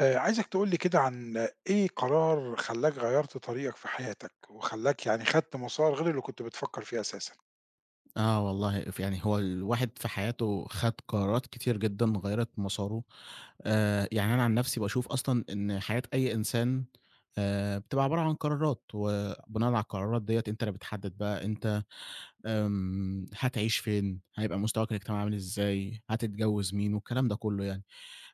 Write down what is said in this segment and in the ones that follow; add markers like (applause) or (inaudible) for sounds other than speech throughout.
عايزك تقول لي كده عن إيه قرار خلّاك غيّرت طريقك في حياتك، وخلّاك يعني خدت مسار غير اللي كنت بتفكّر فيه أساسًا؟ آه والله، ف يعني هو الواحد في حياته خَد قرارات كتير جدًا غيّرت مساره، يعني أنا عن نَفْسي باشوف أصلًا إن حياة أي إنسان بتبقى عبارة عن قرارات، وبناءً على القرارات ديّة أنت اللي بتحدّد بقى أنت هتعيش فين، هيبقى مستواك الاجتماعي عامل إزاي، هتتجوّز مين والكلام ده كُلّه يعني.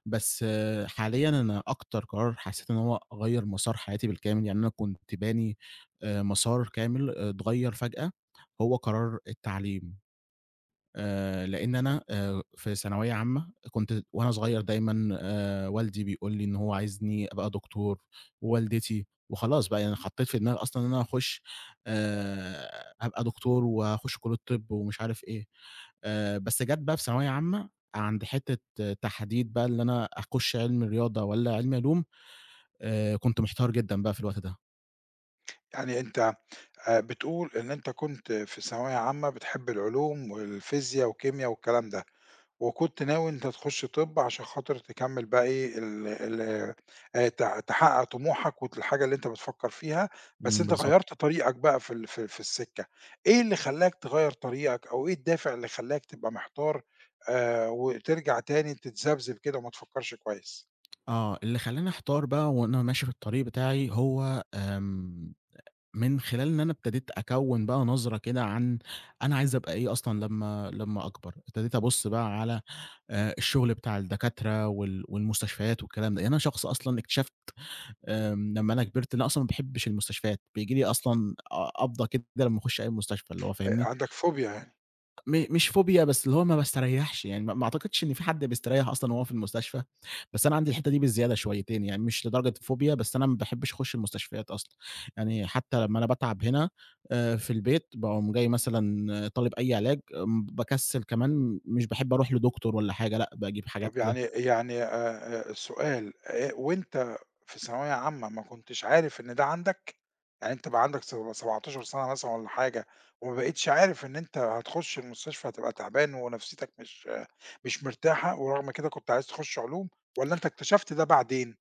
بس آه حاليًا أنا أكتر قرار حسّيت إن هو غيّر مسار حياتي بالكامل، يعني أنا كنت باني مسار كامل اتغيّر فجأة، هو قرار التعليم. لإن أنا في ثانوية عامة كنت وأنا صغير دايمًا والدي بيقول لي إن هو عايزني أبقى دكتور، ووالدتي، وخلاص بقى يعني حطيت في دماغي أصلًا إن أنا هاخش هابقى دكتور وهاخش كلية طِب ومش عارف إيه. بس جات بقى في ثانوية عامة عند حتّة تحديد بقى اللي أنا أخش علمي رياضة والّا علمي علوم، كنت محتار جدًا بقى في الوقت ده. يعني أنت بتقول إن أنت كنت في ثانوية عامة بتحب العلوم والفيزيا وكيميا والكلام ده، وكنت ناوي أنت تخش طِب عشان خاطر تكمّل بقى إيه ال ال ت تحقّق طموحك الحاجة اللي أنت بتفكّر فيها، بس إمم، أنت بالضبط. غيّرت طريقك بقى في ال في في السِكّة، إيه اللي خلّاك تغيّر طريقك أو إيه الدافع اللي خلّاك تبقى محتار وترجع تاني تتذبذب كده وما تفكّرش كويس؟ آه. اللي خلّاني أحتار بقى وأنا ماشي في الطريق بتاعي هو من خلال إن أنا ابتديت أكوّن بقى نظرة كده عن أنا عايز أبقى إيه أصلًا لمّا أكبر، ابتديت أبُص بقى على الشغل بتاع الدكاترة والمستشفيات والكلام ده، يعني أنا شخص أصلًا اكتشفت لمّا أنا كبرت إن أنا أصلًا ما باحبش المستشفيات، بييجي لي أصلًا قبضة كده لمّا أخش أي مستشفى اللي هو فاهمني؟ عندك فوبيا يعني. مش فوبيا، بس اللي هو ما باستريّحش، يعني ما أعتقدش إن في حد بيستريّح أصلًا وهو في المستشفى، بس أنا عندي الحتّة دي بالزيادة شويتين، يعني مش لدرجة فوبيا، بس أنا ما باحبش أخُش المستشفيات أصلًا، يعني حتّى لمّا أنا باتعب هنا في البيت، باقوم جاي مثلًا طالب أي علاج، باكسّل كمان مش باحب أروح لدكتور والّا حاجة، لأ، باجيب حاجات طب كده. يعني سؤال، وأنت في ثانوية عامة ما كنتش عارف إن ده عندك؟ يعني أنت بقى عندك سب 17 سَنة مثلًا والّا حاجة وما بقيتش عارف إن أنت هتخش المستشفى هتبقى تعبان ونفسيتك مش آه، مش مرتاحة ورغم كده كنت عايز تخش علوم والّا أنت اكتشفت ده بعدين؟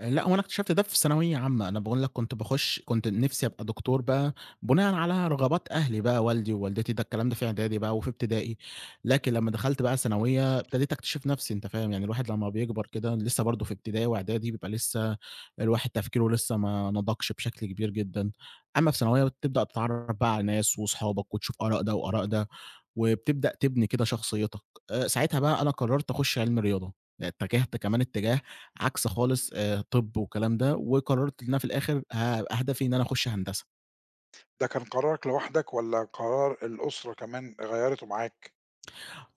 لأ، هو أنا اكتشفت ده في ثانوية عامة، أنا باقول لك كنت باخش كنت نفسي أبقى دكتور بقى بناءً على رغبات أهلي بقى، والدي ووالدتي، ده الكلام ده في إعدادي بقى وفي ابتدائي، لكن لمّا دخلت بقى ثانوية ابتديت أكتشف نفسي أنت فاهم، يعني الواحد لمّا بيكبر كده لسه برضه في ابتدائي وإعدادي بيبقى لسه الواحد تفكيره لسه ما نضجش بشكل كبير جدًا، أمّا في ثانوية بتبدأ تتعرف بقى على ناس وأصحابك وتشوف آراء ده وآراء ده. وبتبدأ تبني كده شخصيتك. ساعتها بقى أنا قرّرت أخُش علم رياضة، اتجهت كمان اتجاه عكس خالص طِب والكلام ده، وقرّرت إن أنا في الآخر هدفي إن أنا أخُش هندسة. ده كان قرارك لوحدك والّا قرار الأسرة كمان غيّرته معاك؟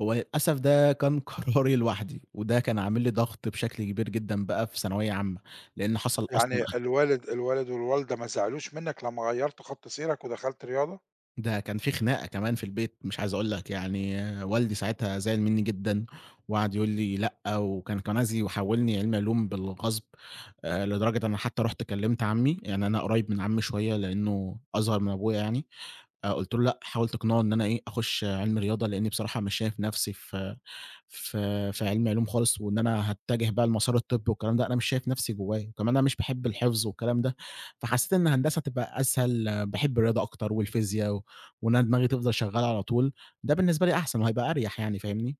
هو للأسف ده كان (laughs) قراري لوحدي، وده كان عامل لي ضغط بشكل كبير جدًا بقى في ثانوية عامة، لإن حصل أصلًا يعني الوالد والوالدة ما زعلوش منّك لمّا غيّرت خط سيرك ودخلت رياضة؟ ده كان في خناقة كمان في البيت مش عايز أقول لك، يعني آه، والدي ساعتها زعل منّي جدًا وقعد يقول لي لأ، وكان عايز يحوّلني علمي علوم بالغصب، لدرجة أنا حتى رُحت كلّمت عمي، يعني أنا قريب من عمي شوية لإنه أصغر من أبويا يعني، قُلت له: "لأ، حاول تقنعه إن أنا إيه، أخُش علمي رياضة لإنّي بصراحة مش شايف نَفْسي في في علمي علوم خالص، وإن أنا هاتجه بقى لمسار الطب والكلام ده، أنا مش شايف نفسي جواه، وكمان أنا مش باحب الحفظ والكلام ده، فحسيت إن هندسة هتبقى أسهل، باحب الرياضة أكتر والفيزيا وإن أنا دماغي تفضل شغالة على طول، ده بالنسبة لي أحسن وهيبقى أريح يعني، فاهمني؟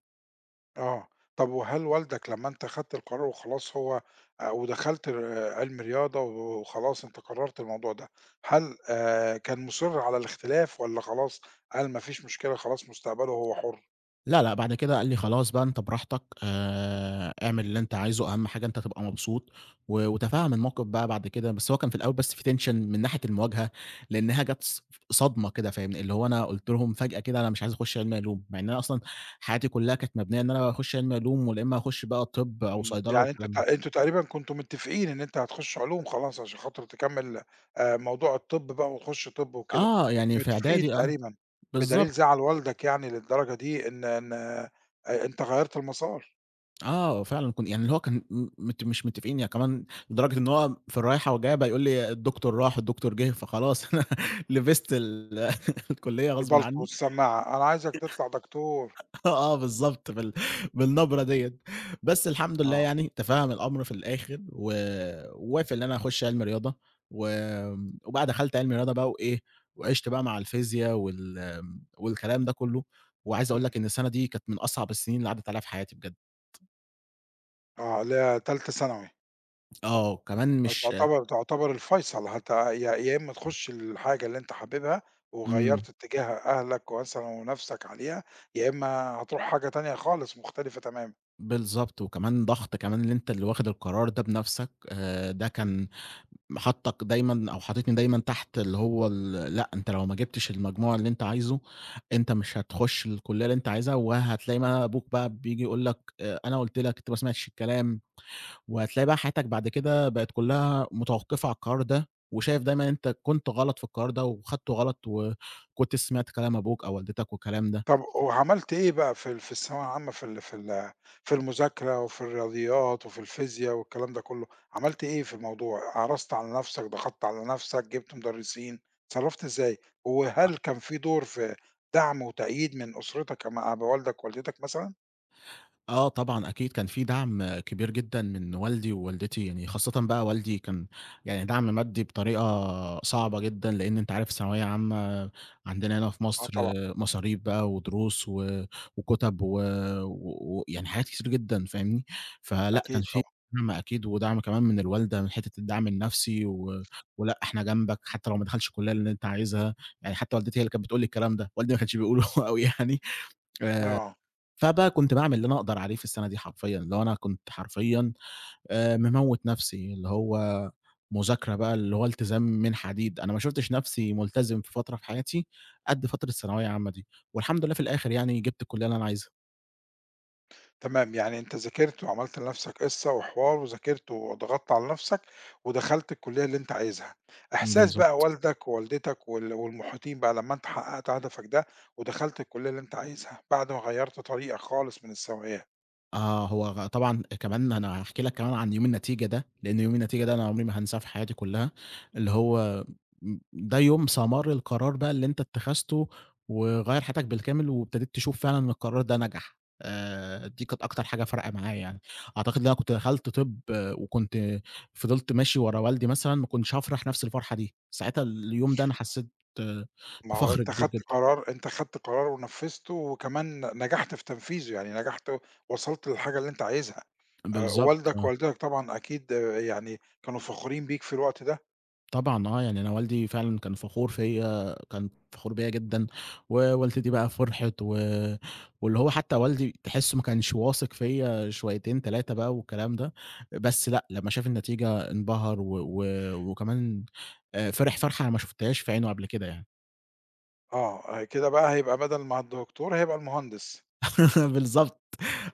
آه. طب وهل والدك لمّا أنت خدت القرار وخلاص هو ودخلت ر علم رياضة وخلاص أنت قررت الموضوع ده، هل كان مُصِر على الاختلاف والّا خلاص قال ما فيش مشكلة خلاص مستقبله هو حُر؟ لا، لأ، بعد كده قال لي: "خلاص بقى أنت براحتك، اعمل اللي أنت عايزه، أهم حاجة أنت تبقى مبسوط." وتفهَّم الموقف بقى بعد كده، بس هو كان في الأول بس في tension من ناحية المواجهة، لأنها جات صدمة كده فاهمني، اللي هو أنا قُلت لهم فجأة كده أنا مش عايز أخش علمي علوم، مع إن أنا أصلًا حياتي كلها كانت مبنية إن أنا أخش علمي علوم، ولا إما أخش بقى طِب أو إمم. صيدلة يعني أنتم والكلام ت ده. أنتم تقريبًا كنتم متفقين إن أنت هتخش علوم خلاص عشان خاطر تكمّل موضوع الطِب بقى وتخش طِب وكده، آه، كنتم يعني في متفقين إعدادي، آه، تقريبًا، بدليل بالضبط. زعل والدك يعني للدرجة دي إن أنت غيّرت المسار. آه، فعلًا يعني اللي هو كان م مت مش متفقين يعني كمان لدرجة إن هو في الرايحة والجاية بقى يقول لي الدكتور راح، الدكتور جِه، فخلاص (laughs) أنا لبست (laughs) الكلية غصبٍ البلطو عني. والسماعة، أنا عايزك تطلع دكتور. (laughs) آه، آه بالضبط بالنبرة ديّة، بس الحمد لله آه. يعني تفهَّم الأمر في الآخر ووافق إن أنا أخُش عِلمي رياضة وآمم، وبقى دخلت عِلمي رياضة بقى وإيه، وعِشت بقى مع الفيزيا والكلام ده كلّه، وعايز أقول إمم. لك إن السَنة دي كانت من أصعب السِنين اللي عدّت عليّا في حياتي بجد، آه، اللي هي تالتة ثانوي، آه، كمان مش فتعتبر الفيصل يا يا إما تخش الحاجة اللي أنت حاببها إمم. وغيّرت اتجاه أهلك ومثلًا ونَفْسك عليها، يا إما هتروح حاجة تانية خالص مختلفة تمامًا. بالضبط، وكمان ضغط كمان اللي أنت اللي واخد القرار ده بنَفْسك، ده كان حاطّك دايمًا أو حاططني دايمًا تحت اللي هو لأ، أنت لو ما جِبتش المجموع اللي أنت عايزه، أنت مش هتخُش الكُلّية اللي أنت عايزها، وهتلاقي بقى أبوك بقى بييجي يقول لك أنا قُلت لك، أنت ما سمعتش الكلام، وهتلاقي بقى حياتك بعد كده بقت كُلّها متوقّفة على القرار ده، وشايف دايمًا أنت كنت غلط في القرار ده وخدته غلط، وكنت سمعت كلام أبوك أو والدتك والكلام ده. طب وعملت إيه بقى في الثانوية العامة في في المذاكرة وفي الرياضيات وفي الفيزيا والكلام ده كله، عملت إيه في الموضوع؟ عرضت على نَفْسك، ضغطت على نَفْسك، جِبت مدرسين، اتصرّفت إزاي؟ وهل كان في دور في دعم وتأييد من أسرتك مع بوالدك ووالدتك مثلًا؟ آه طبعًا أكيد، كان في دعم كبير جدًا من والدي ووالدتي، يعني خاصةً بقى والدي كان يعني دعم مادي بطريقة صعبة جدًا، لإن أنت عارف ثانوية عامة عندنا هنا في آه مصر طبعًا. مصاريف بقى ودروس وكُتب ويعني و و ويعني حاجات كتير جدًا فاهمني، فلأ كان أكيد في طبعًا. دعم أكيد ودعم كمان من الوالدة من حتة الدعم النفسي ولأ إحنا جنبك حتى لو ما دخلتش الكلية اللي أنت عايزها، يعني حتى والدتي هي اللي كانت بتقول لي الكلام ده، والدي ما كانش بيقوله (laughs) أوي يعني. آه. فبقى كنت باعمل اللي أنا أقدر عليه في السنة دي حرفيًا، اللي هو أنا كنت حرفيًا مموّت نفسي، اللي هو مذاكرة بقى اللي هو التزام من حديد، أنا ما شُفتش نفسي ملتزم في فترة في حياتي قد فترة الثانوية العامة دي، والحمد لله في الآخر يعني جِبت الكلية اللي أنا عايزها. تمام، يعني أنت ذاكرت وعملت لنفسك قصة وحوار وذاكرت وضغطت على نفسك، ودخلت الكلية اللي أنت عايزها. إحساس بقى بالضبط. والدك ووالدتك والمحيطين بقى لمّا أنت حققت هدفك ده، ودخلت الكلية اللي أنت عايزها، بعد ما غيّرت طريقك خالص من الثانوية. آه، هو غ طبعًا كمان أنا هاحكي لك كمان عن يوم النتيجة ده، لإن يوم النتيجة ده أنا عمري ما هانساه في حياتي كلّها، اللي هو ده يوم ثمار القرار بقى اللي أنت اتخذته وغيّر حياتك بالكامل، وابتديت تشوف فعلًا إن القرار ده نجح، دي كانت أكتر حاجة فارقة معايا يعني، أعتقد إن أنا كنت دخلت طِب آه، وكنت فضلت ماشي ورا والدي مثلًا ما كنتش هافرح نفس الفرحة دي، ساعتها اليوم ده أنا حسيت آه، ما هو بفخر أنت كبير جدًا. خدت قرار ونفذته، وكمان نجحت في تنفيذه، يعني نجحت وصلت للحاجة اللي أنت عايزها. بالضبط. والدك آه. ووالدتك طبعًا أكيد آه، يعني كانوا فخورين بيك في الوقت ده. طبعًا آه، يعني أنا والدي فعلًا كان فخور فيّا، كان فخور بيّا جدًا، ووالدتي بقى فرحت واللي هو حتى والدي تحسّه ما كانش واثق فيّا شويتين 3 بقى والكلام ده، بس لأ، لمّا شاف النتيجة انبهر و و وكمان فرح فرحة أنا ما شُفتهاش في عينه قبل كده يعني. آه، آه، كده بقى هيبقى بدل ما الدكتور هيبقى المهندس. (laughs) بالضبط،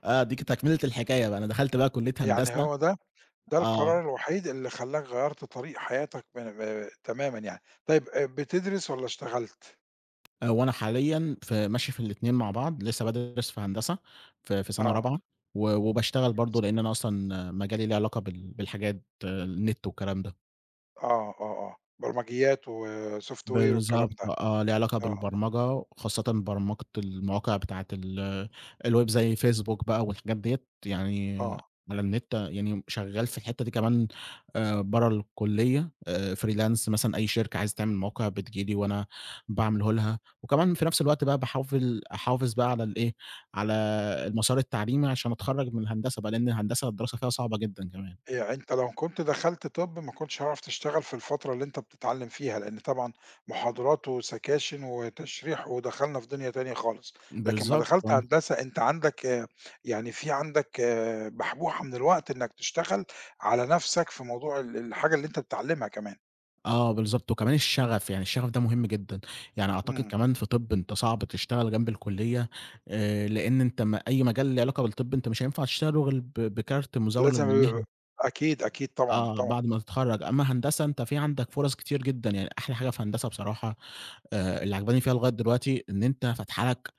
آه، دي ك تكملة الحكاية بقى، أنا دخلت بقى كُلّية يعني هندسة. هو ده آه. القرار الوحيد اللي خلّاك غيّرت طريق حياتك من ب تمامًا يعني. طيب بتدرس والّا اشتغلت؟ وأنا حاليًا في ماشي في الاتنين مع بعض، لسه بادرس في هندسة في سَنة آه. رابعة، وباشتغل برضه لإن أنا أصلًا مجالي ليه علاقة بالحاجات آه، النت والكلام ده. آه، آه. برمجيات وsoftware والكلام بالضبط ده. آه، ليه علاقة آه، بالبرمجة، خاصةً برمجة المواقع بتاعة الويب زي فيسبوك بقى والحاجات ديّة، يعني آه. على النت يعني شغّال في الحتّة دي كمان برّه الكلية freelance مثلًا أي شركة عايزة تعمل موقع بتيجي لي وأنا باعمله لها، وكمان في نفس الوقت بقى باحاول أحافظ بقى على الإيه، على المسار التعليمي عشان أتخرّج من الهندسة بقى، لإن الهندسة الدراسة فيها صعبة جدًا كمان. يعني أنت لو كنت دخلت طِب ما كنتش هتعرف تشتغل في الفترة اللي أنت بتتعلّم فيها، لإن طبعًا محاضرات وسكاشن وتشريح ودخلنا في دنيا تانية خالص، لكن امّا بالضبط. دخلت هندسة أنت عندك آه، يعني في عندك آه، بحبوحة من الوقت إنّك تشتغل على نَفْسك في موضوع الحاجة اللي أنت بتتعلّمها كمان. آه بالضبط، وكمان الشغف، يعني الشغف ده مهم جدًا، يعني أعتقد إمم. كمان في طِب أنت صعب تشتغل جنب الكُلّية، لإن أنت ما أي مجال له علاقة بالطِب أنت مش هينفع تشتغله غير بكارت مزاولة لازم للمهنة، يبقى- أكيد، أكيد طبعًا، آه، طبعًا. بعد ما تتخرّج، أمّا هندسة أنت في عندك فرص كتير جدًا، يعني أحلى حاجة في هندسة بصراحة اللي عاجباني فيها لغاية دلوقتي إن أنت فاتحة لك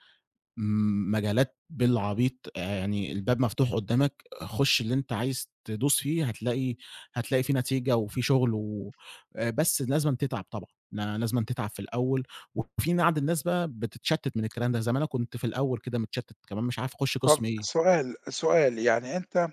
مجالات بالعبيط، يعني الباب مفتوح قدّامك، خُش اللي أنت عايز تدوس فيه هتلاقي في نتيجة وفي شغل بس لازمًا تتعب طبعًا، لا لازمًا تتعب في الأول، وفي بعض الناس بقى بتتشتّت من الكلام ده، زي ما أنا كنت في الأول كده متشتّت كمان مش عارف أخُش طَب قسم إيه. سؤال يعني أنت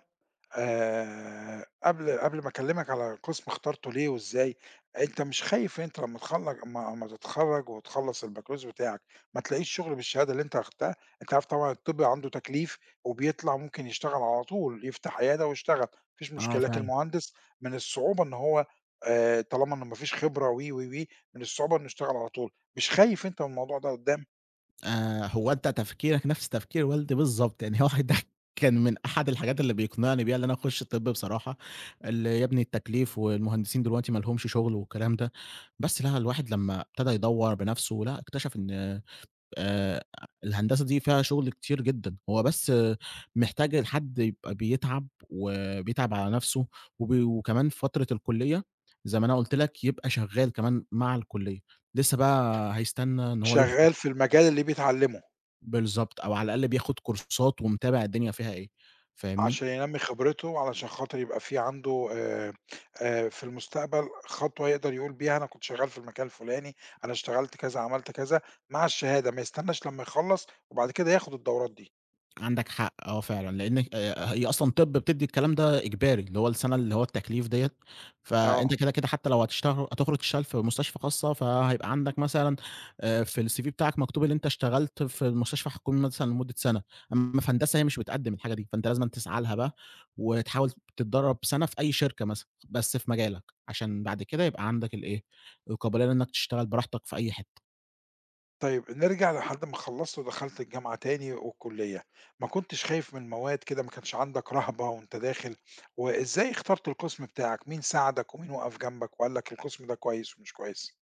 قبل ما أكلّمك على قسم اخترته ليه وإزاي، أنت مش خايف أنت لمّا تخل أمّا أمّا تتخرّج وتخلّص البكالوريوس بتاعك ما تلاقيش شغل بالشهادة اللي أنت أخدتها؟ أنت عارف طبعًا الطِب عنده تكليف وبيطلع ممكن يشتغل على طول، يفتح عيادة ويشتغل، ما فيش آه مشكلة، لكن فعلًا. المهندس من الصعوبة إن هو طالما إنه ما فيش خبرة و، و، و، من الصعوبة إنه يشتغل على طول، مش خايف أنت من الموضوع ده قُدّام؟ هو أنت تفكيرك نفس تفكير والدي بالضبط، يعني (laughs) هو ده كان من أحد الحاجات اللي بيقنعني بيها إن أنا أخش طِب بصراحة، اللي "يا ابني التكليف والمهندسين دلوقتي ما لهمش شغل." والكلام ده، بس لأ الواحد لمّا ابتدى يدوّر بنفسه، لأ اكتشف إن آآ الهندسة دي فيها شغل كتير جدًا، هو بس آه، محتاج لحد يبقى بيتعب وبيتعب على نفسه وكمان في فترة الكُلّية زي ما أنا قُلت لك يبقى شغال كمان مع الكُلّية، لسه بقى هيستنى إن هو يخرج شغّال في المجال اللي بيتعلّمه. بالضبط، أو على الأقل بياخد كورسات ومتابع الدنيا فيها إيه، فاهمني؟ عشان ينمّي خبرته، علشان خاطر يبقى في عنده في المستقبل خطوة يقدر يقول بيها أنا كنت شغّال في المكان الفلاني، أنا اشتغلت كذا، عملت كذا، مع الشهادة ما يستناش لمّا يخلّص وبعد كده ياخد الدورات دي. عندك حق آه فعلًا، لإن هي أصلًا طِب بتدّي الكلام ده إجباري، اللي هو السَنة اللي هو التكليف ديّة، فأنت آه. كده، كده حتى لو هتشتغل هتخرج تشتغل في مستشفى خاصة، فهيبقى عندك مثلًا في الCV بتاعك مكتوب اللي أنت اشتغلت في المستشفى الحكومي مثلًا لمدة سَنة، أمّا في هندسة هي مش بتقدّم الحاجة دي، فأنت لازمًا تسعى لها بقى وتحاول تتدرّب سَنة في أي شركة مثلًا، بس في مجالك، عشان بعد كده يبقى عندك الإيه، القابلية إنّك تشتغل براحتك في أي حتة. طيب نرجع لحد ما خلّصت ودخلت الجامعة تاني والكلية، ما كنتش خايف من المواد كده، ما كانش عندك رهبة وأنت داخل، وإزاي اخترت القسم بتاعك؟ مين ساعدك ومين وقف جنبك وقال لك القسم ده كويس ومش كويس؟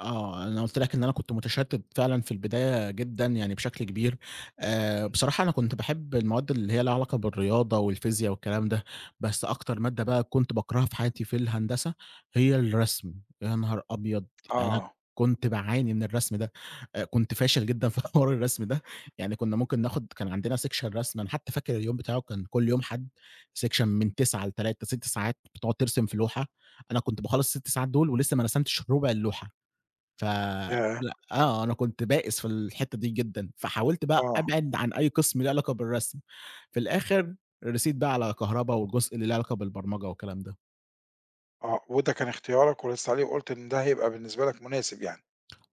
آه، أنا قُلت لك إن أنا كنت متشتِّت فعلًا في البداية جدًا يعني بشكل كبير، إمم. بصراحة أنا كنت باحب المواد اللي هي ليها علاقة بالرياضة والفيزيا والكلام ده، بس أكتر مادة بقى كنت باكرهها في حياتي في الهندسة هي الرسم، يا نهار أبيض! أنا آه، كنت باعاني من الرسم ده، كنت فاشل جدًا في (laughs) حوار الرسم ده، يعني كنا ممكن ناخد كان عندنا section رسم، أنا حتى فاكر اليوم بتاعه كان كل يوم حد section إمم. من 09:00 ل15:00 6 ساعات بتقعد ترسم في لوحة، أنا كنت باخلّص ال6 ساعات دول ولسه ما رسمتش ربع اللوحة. ف ياه! أنا آه، أنا كنت بائس في الحتّة دي جدًا، فحاولت بقى آه. أبعد عن أي قسم ليه علاقة بالرسم، في الآخر رسيت بقى على كهربا والجزء اللي ليه علاقة بالبرمجة والكلام ده. آه، وده كان اختيارك ولسّه عليه وقُلت إن ده هيبقى بالنسبة لك مناسب يعني،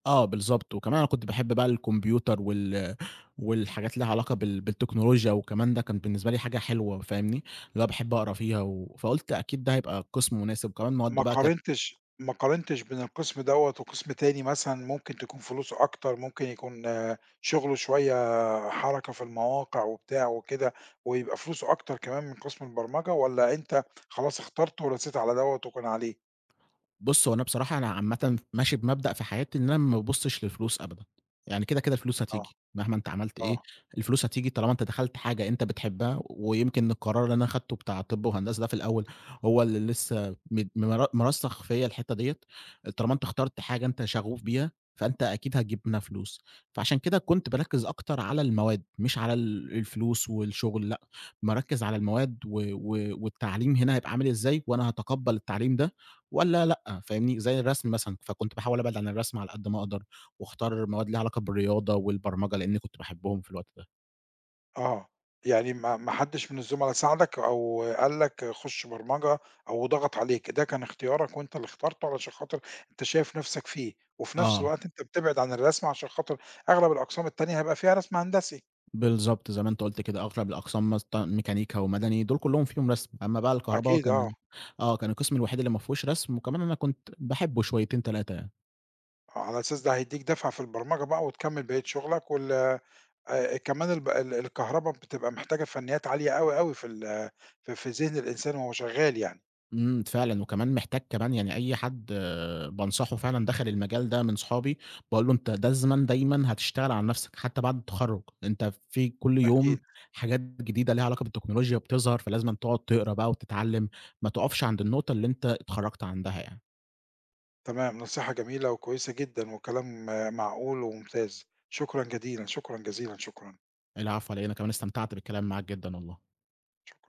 آه، بالضبط، وكمان أنا كنت باحب بقى الكمبيوتر والحاجات اللي ليها علاقة بالتكنولوجيا وكمان ده كان بالنسبة لي حاجة حلوة فاهمني، اللي هو باحب أقرا فيها فقُلت أكيد ده هيبقى قسم مناسب، وكمان ما مواده بقى كانت قارنتش ما قارنتش بين القسم دوّة وقسم تاني مثلًا ممكن تكون فلوسه أكتر، ممكن يكون آه، شغله شوية حركة في المواقع وبتاع وكده، ويبقى فلوسه أكتر كمان من قسم البرمجة والّا أنت خلاص اخترته ورسيت على دوّة وكان عليه؟ بُص، هو أنا بصراحة أنا عامةً ماشي بمبدأ في حياتي إن أنا ما بابُصّش للفلوس أبدًا، يعني كده، كده الفلوس آه، هتيجي، مهما أنت عملت إيه، آه. الفلوس هتيجي طالما أنت دخلت حاجة أنت بتحبها، ويمكن القرار اللي أنا أخدته بتاع طِب وهندسة ده في الأول هو اللي لسه م مر مرسّخ فيّا الحتّة ديّة، طالما أنت اخترت حاجة أنت شغوف بيها، فأنت أكيد هتجيب منها فلوس، فعشان كده كنت باركّز أكتر على المواد، مش على الفلوس والشغل لأ، باركّز على المواد و و والتعليم هنا هيبقى عامل إزاي، وأنا هاتقبّل التعليم ده والّا لأ، فاهمني؟ زي الرسم مثلًا، فكنت باحاول أبعد عن الرسم على قد ما أقدر، واختار مواد ليها علاقة بالرياضة والبرمجة، لإني كنت باحبهم في الوقت ده. آه، يعني ما حدش من الزملا ساعدك أو قال لك خُش برمجة أو ضغط عليك، ده كان اختيارك وأنت اللي اخترته علشان خاطر أنت شايف نَفْسك فيه، وفي نَفْس آه، الوقت أنت بتبعد عن الرسم عشان خاطر أغلب الأقسام التانية هيبقى فيها رسم هندسي. بالضبط زي ما أنت قُلت كده، أغلب الأقسام ميكانيكا ومدني دول كلّهم فيهم رسم، أمّا بقى الكهربا هو أكيد كان آه، ال- آه، كان القسم الوحيد اللي ما فيهوش رسم، وكمان أنا كنت باحبه شويتين، 3 يعني. على أساس ده هيدّيك دَفعة في البرمجة بقى وتكمّل بقية شغلك وال كمان الب ال الكهربا بتبقى محتاجة فنيّات عالية أوي، أوي في ال في في ذهن الإنسان وهو شغّال يعني. إمم، فعلًا، وكمان محتاج كمان يعني أي حد بانصحه فعلًا دخل المجال ده من صحابي، باقول له: "أنت لازمًا دايمًا هتشتغل على نفسك حتى بعد التخرُّج، أنت في كل يوم أكيد. حاجات جديدة ليها علاقة بالتكنولوجيا بتظهر، فلازمًا تقعد تقرا بقى وتتعلّم، ما تُقفش عند النقطة اللي أنت اتخرّجت عندها يعني." تمام، نصيحة جميلة وكويسة جدًا وكلام آه، معقول وممتاز. شكرًا جديلًا، شكرًا جزيلًا، العفو على إيه، أنا كمان استمتعت بالكلام معاك جدًا والله. شكرًا.